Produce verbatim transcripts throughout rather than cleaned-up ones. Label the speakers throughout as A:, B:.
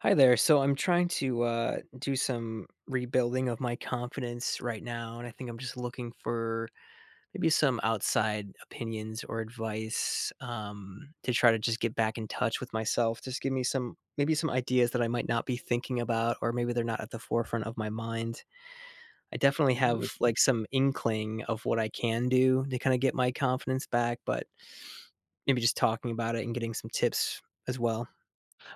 A: Hi there. So I'm trying to uh, do some rebuilding of my confidence right now, and I think I'm just looking for maybe some outside opinions or advice, um, to try to just get back in touch with myself. Just give me some maybe some ideas that I might not be thinking about, or maybe they're not at the forefront of my mind. I definitely have
B: Absolutely.
A: like some inkling of what I can do to kind of get my confidence back, but maybe just talking about it and getting some tips as well.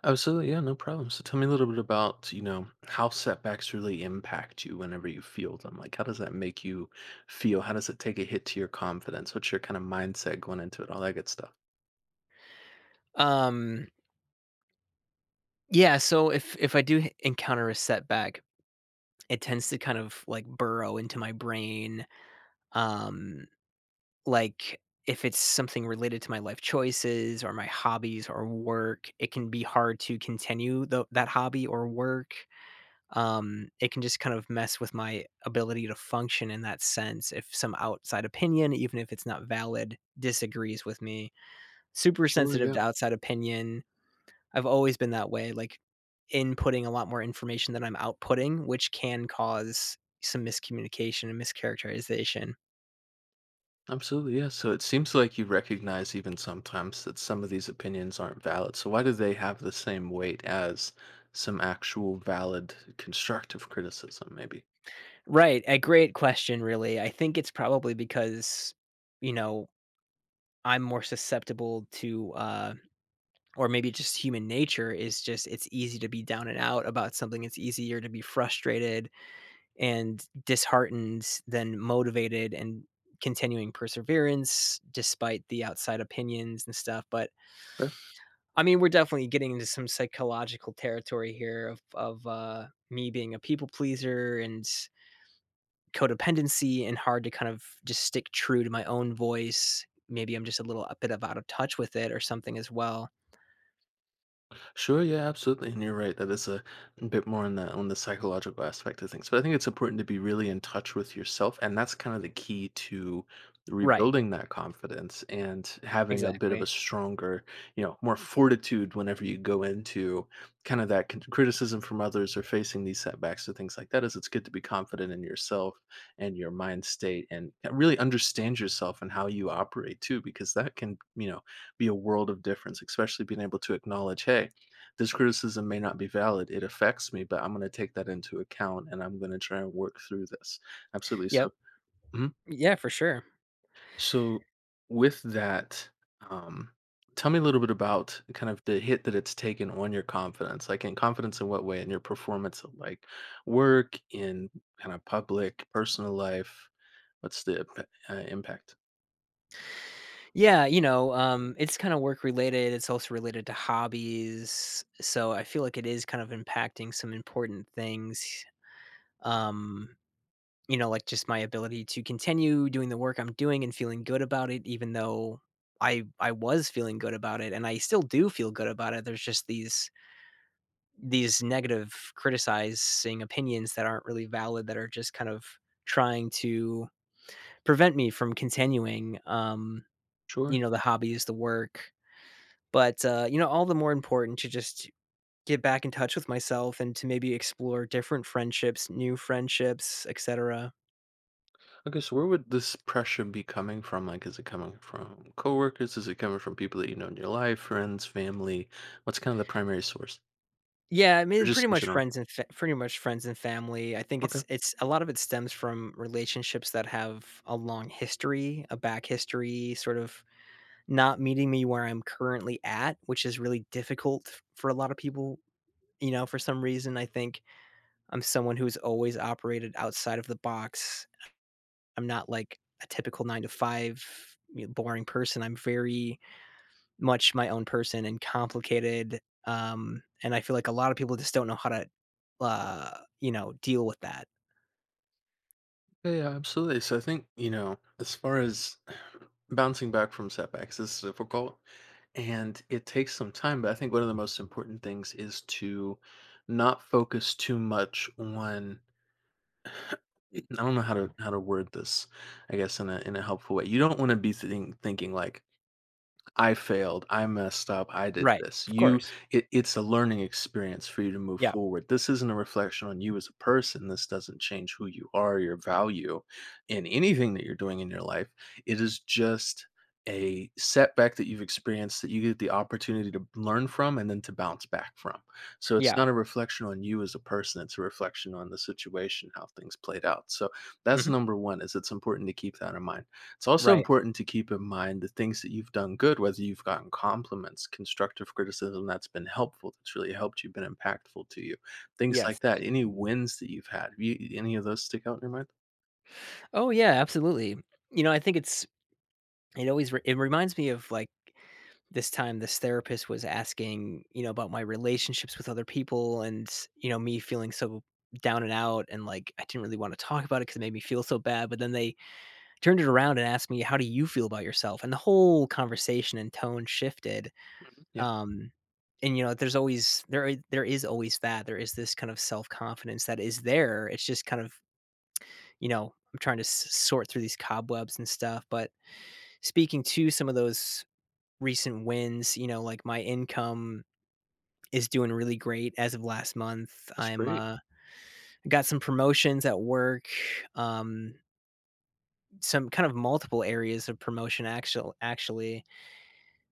B: Absolutely. Yeah, no problem. So tell me a little bit about, you know, how setbacks really impact you whenever you feel them. Like, how does that make you feel? How does it take a hit to your confidence? What's your kind of mindset going into it? All that good stuff.
A: Um, Yeah, so if if I do h- encounter a setback, it tends to kind of like burrow into my brain. Um, like if it's something related to my life choices or my hobbies or work, it can be hard to continue tho- that hobby or work. Um, it can just kind of mess with my ability to function in that sense if some outside opinion, even if it's not valid, disagrees with me. Super
B: Sure.
A: sensitive
B: Yeah.
A: to outside opinion. I've always been that way, like inputting a lot more information than I'm outputting, which can cause some miscommunication and mischaracterization.
B: Absolutely. Yeah. So it seems like you recognize even sometimes that some of these opinions aren't valid. So why do they have the same weight as some actual valid constructive criticism, maybe?
A: Right, a great question really. I think it's probably because, you know, I'm more susceptible to uh or maybe just human nature is just it's easy to be down and out about something. It's easier to be frustrated and disheartened than motivated and continuing perseverance despite the outside opinions and stuff. But I mean, we're definitely getting into some psychological territory here of of, uh, me being a people pleaser and codependency and hard to kind of just stick true to my own voice. Maybe I'm just a little a bit of out of touch with it or something as well.
B: Sure, yeah, absolutely, and you're right that it's a bit more on the on the psychological aspect of things. But I think it's important to be really in touch with yourself, and that's kind of the key to
A: Right,
B: rebuilding that confidence and having a bit of
A: exactly.
B: a stronger, you know, more fortitude whenever you go into kind of that con- criticism from others or facing these setbacks or things like that. Is it's good to be confident in yourself and your mind state, and really understand yourself and how you operate too, because that can, you know, be a world of difference, especially being able to acknowledge, hey, this criticism may not be valid. It affects me, but I'm gonna take that into account and I'm gonna try and work through this. Absolutely. So,
A: Yep.
B: mhm.
A: Yeah, for sure.
B: So with that, um, tell me a little bit about kind of the hit that it's taken on your confidence. Like in confidence in what way? In your performance of like work, in kind of public, personal life. What's the imp- uh, impact?
A: Yeah, you know, um, it's kinda work related, it's also related to hobbies, so I feel like it is kind of impacting some important things. Um You know, like, just my ability to continue doing the work I'm doing and feeling good about it, even though I I was feeling good about it, and I still do feel good about it. There's just these these negative criticizing opinions that aren't really valid, that are just kind of trying to prevent me from continuing, um, you
B: Sure.
A: know, the hobbies, the work. But, uh, you know, all the more important to just get back in touch with myself and to maybe explore different friendships, new friendships, et cetera.
B: Okay, so where would this pressure be coming from? Like, is it coming from coworkers? Is it coming from people that you know in your life, friends, family? What's kind of the primary source?
A: Yeah, I
B: Or
A: mean, pretty
B: just in
A: much
B: general?
A: friends and fa pretty much friends and family. I think it's
B: Okay.
A: it's a lot of it stems from relationships that have a long history, a back history, sort of not meeting me where I'm currently at, which is really difficult for a lot of people. You know, for some reason, I think I'm someone who's always operated outside of the box. I'm not like a typical nine to five, you know, boring person. I'm very much my own person and complicated, um, and I feel like a lot of people just don't know how to, uh, you know, deal with that.
B: Yeah, yeah, absolutely. So I think, you know, as far as bouncing back from setbacks, this is difficult and it takes some time, but I think one of the most important things is to not focus too much on, I don't know how to how to word this, I guess in a in a helpful way. You don't want to be thinking thinking like I failed. I messed up. I did
A: Right,
B: this.
A: of
B: You,
A: course.
B: it, it's a learning experience for you to move
A: Yeah,
B: forward. This isn't a reflection on you as a person. This doesn't change who you are, your value in anything that you're doing in your life. It is just a setback that you've experienced that you get the opportunity to learn from and then to bounce back from. So it's
A: yeah.
B: not a reflection on you as a person. It's a reflection on the situation, how things played out. So that's
A: Mhm.
B: number one is it's important to keep that in mind. It's also
A: Right.
B: important to keep in mind the things that you've done good, whether you've gotten compliments, constructive criticism that's been helpful, that's really helped you, been impactful to you, things
A: Yes.
B: like that. Any wins that you've had, you, any of those stick out in your mind?
A: Oh, yeah, absolutely. You know, I think it's it always re it reminds me of, like, this time this therapist was asking, you know, about my relationships with other people and, you know, me feeling so down and out and, like, I didn't really wanna talk about it because it made me feel so bad, but then they turned it around and asked me, "How do you feel about yourself?" And the whole conversation and tone shifted.
B: Mhm. Yeah,
A: Um, and you know, there's always there I- there is always that there is this kind of self confidence that is there. It's just kind of, you know, I'm trying to s- sort through these cobwebs and stuff. But speaking to some of those recent wins, you know, like my income is doing really great as of last month.
B: that's
A: I'm
B: great.
A: uh Got some promotions at work. Um some kind of multiple areas of promotion actual actually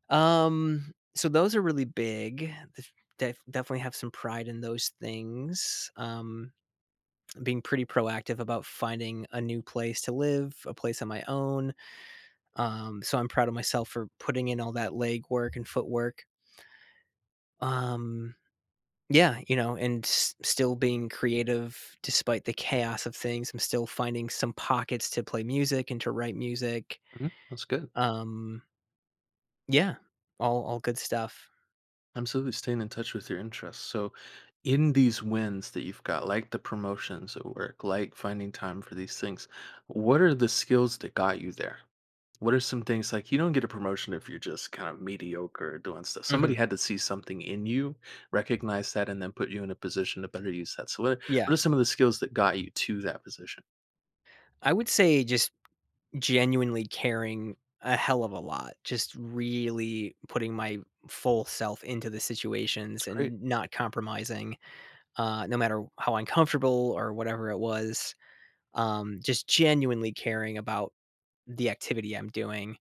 A: Um, so those are really big. Def def definitely have some pride in those things. Um, being pretty proactive about finding a new place to live, a place on my own. Um, so I'm proud of myself for putting in all that legwork and footwork. Um, yeah, you know, and s still being creative despite the chaos of things. I'm still finding some pockets to play music and to write music.
B: Mhm. That's good.
A: Um, yeah, all all good stuff.
B: Absolutely staying in touch with your interests. So, in these wins that you've got, like the promotions at work, like finding time for these things, what are the skills that got you there? What are some things like you don't get a promotion if you're just kind of mediocre or doing stuff?
A: Mhm.
B: Somebody had to see something in you, recognize that, and then put you in a position to better use that. So, what are,
A: Yeah,
B: what are some of the skills that got you to that position?
A: I would say just genuinely caring a hell of a lot, just really putting my full self into the
B: That's
A: situations
B: great.
A: and not compromising, uh, no matter how uncomfortable or whatever it was. Um, just genuinely caring about the activity I'm doing.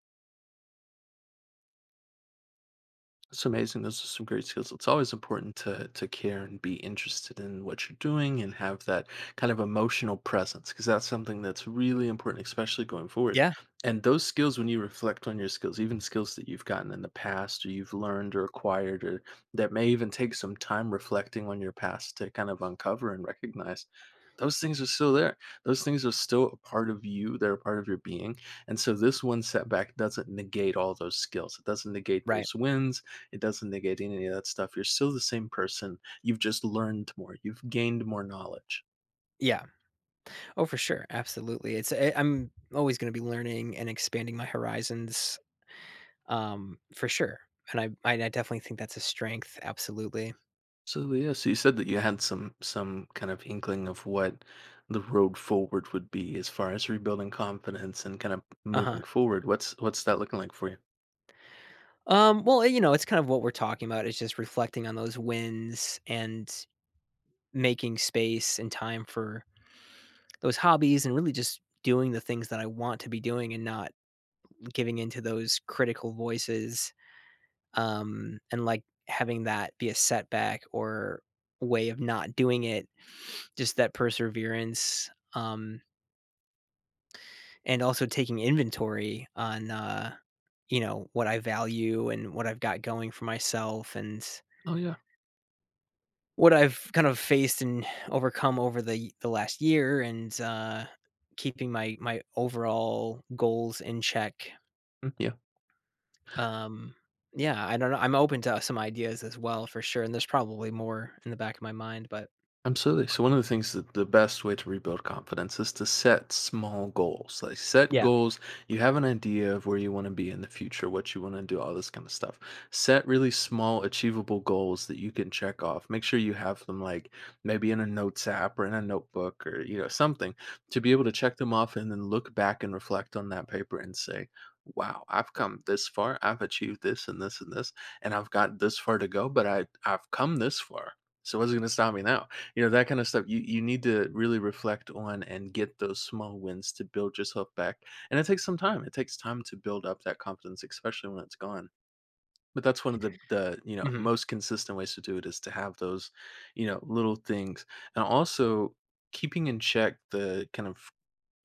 B: It's amazing. Those are some great skills. It's always important to to care and be interested in what you're doing and have that kind of emotional presence because that's something that's really important, especially going forward.
A: Yeah.
B: And those skills, when you reflect on your skills, even skills that you've gotten in the past or you've learned or acquired, or that may even take some time reflecting on your past to kind of uncover and recognize. Those things are still there. Those things are still a part of you. They're a part of your being. And so, this one setback doesn't negate all those skills. It doesn't negate
A: Right.
B: those wins, it doesn't negate any of that stuff. You're still the same person. You've just learned more. You've gained more knowledge.
A: Yeah. Oh, for sure. Absolutely. It's I, I'm always going to be learning and expanding my horizons. Um, for sure. And I, I I definitely think that's a strength. Absolutely.
B: So yeah, so you said that you had some some kind of inkling of what the road forward would be as far as rebuilding confidence and kind of
A: Uh huh.
B: moving forward. What's what's that looking like for you?
A: Um, well, you know, it's kind of what we're talking about is just reflecting on those wins and making space and time for those hobbies and really just doing the things that I want to be doing and not giving into those critical voices, um, and like having that be a setback or way of not doing it. Just that perseverance, um, and also taking inventory on, uh, you know, what I value and what I've got going for myself and
B: Oh yeah.
A: what I've kind of faced and overcome over the the last year, and, uh, keeping my my overall goals in check.
B: Mm, yeah.
A: Um, yeah, I don't know, I'm open to some ideas as well for sure, and there's probably more in the back of my mind, but
B: Absolutely. So one of the things that the best way to rebuild confidence is to set small goals. Like set
A: yeah.
B: goals, you have an idea of where you want to be in the future, what you want to do, all this kind of stuff. Set really small achievable goals that you can check off. Make sure you have them like maybe in a notes app or in a notebook or you know something to be able to check them off and then look back and reflect on that paper and say, "Wow, I've come this far. I've achieved this and this and this, and I've got this far to go, but I I've come this far." So what's going to stop me now? You know, that kind of stuff, you you need to really reflect on and get those small wins to build yourself back, and it takes some time, it takes time to build up that confidence, especially when it's gone, but that's one of the the, you know,
A: Mhm.
B: most consistent ways to do it is to have those, you know, little things, and also keeping in check the kind of,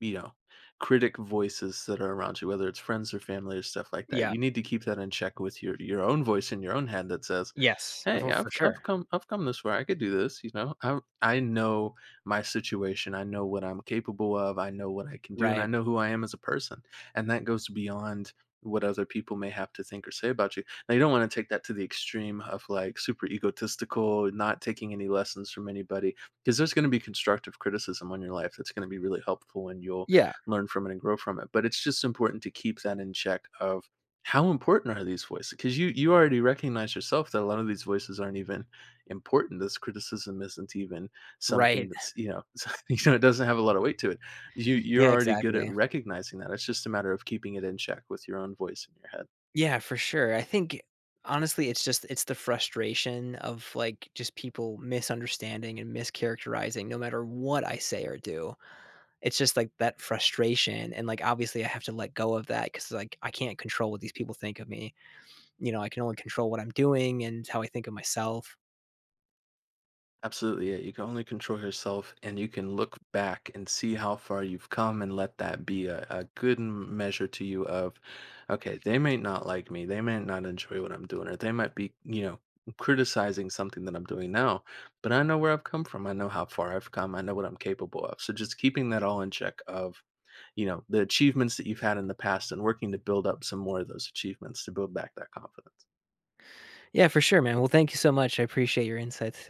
B: you know, critic voices that are around you, whether it's friends or family or stuff like that.
A: Yeah.
B: You need to keep that in check with your your own voice in your own head that says,
A: Yes,
B: "Hey,
A: for for
B: I've I've
A: sure.
B: come I've come this far. I could do this. You know, I I know my situation. I know what I'm capable of. I know what I can do, and I
A: Right.
B: know who I am as a person. And that goes beyond." What other people may have to think or say about you. Now you don't want to take that to the extreme of like super egotistical, not taking any lessons from anybody because there's going to be constructive criticism on your life that's going to be really helpful and you'll
A: Yeah.
B: learn from it and grow from it, but it's just important to keep that in check of how important are these voices, because you you already recognize yourself that a lot of these voices aren't even important, this criticism isn't even something
A: Right.
B: that's, you know, you know, it doesn't have a lot of weight to it, you
A: Yeah,
B: you're already good at
A: exactly.
B: recognizing that, it's just a matter of keeping it in check with your own voice in your head.
A: Yeah, for sure. I think, honestly, it's just it's the frustration of, like, just people misunderstanding and mischaracterizing no matter what I say or do. It's just, like, that frustration and, like, obviously, I have to let go of that because, like, I can't control what these people think of me. You know, I can only control what I'm doing and how I think of myself.
B: Absolutely, yeah. You can only control yourself, and you can look back and see how far you've come, and let that be a, a good m- measure to you of, okay, they may not like me, they may not enjoy what I'm doing, or they might be, you know, criticizing something that I'm doing now. But I know where I've come from. I know how far I've come. I know what I'm capable of. So just keeping that all in check of, you know, the achievements that you've had in the past, and working to build up some more of those achievements to build back that confidence.
A: Yeah, for sure, man. Well, thank you so much. I appreciate your insights.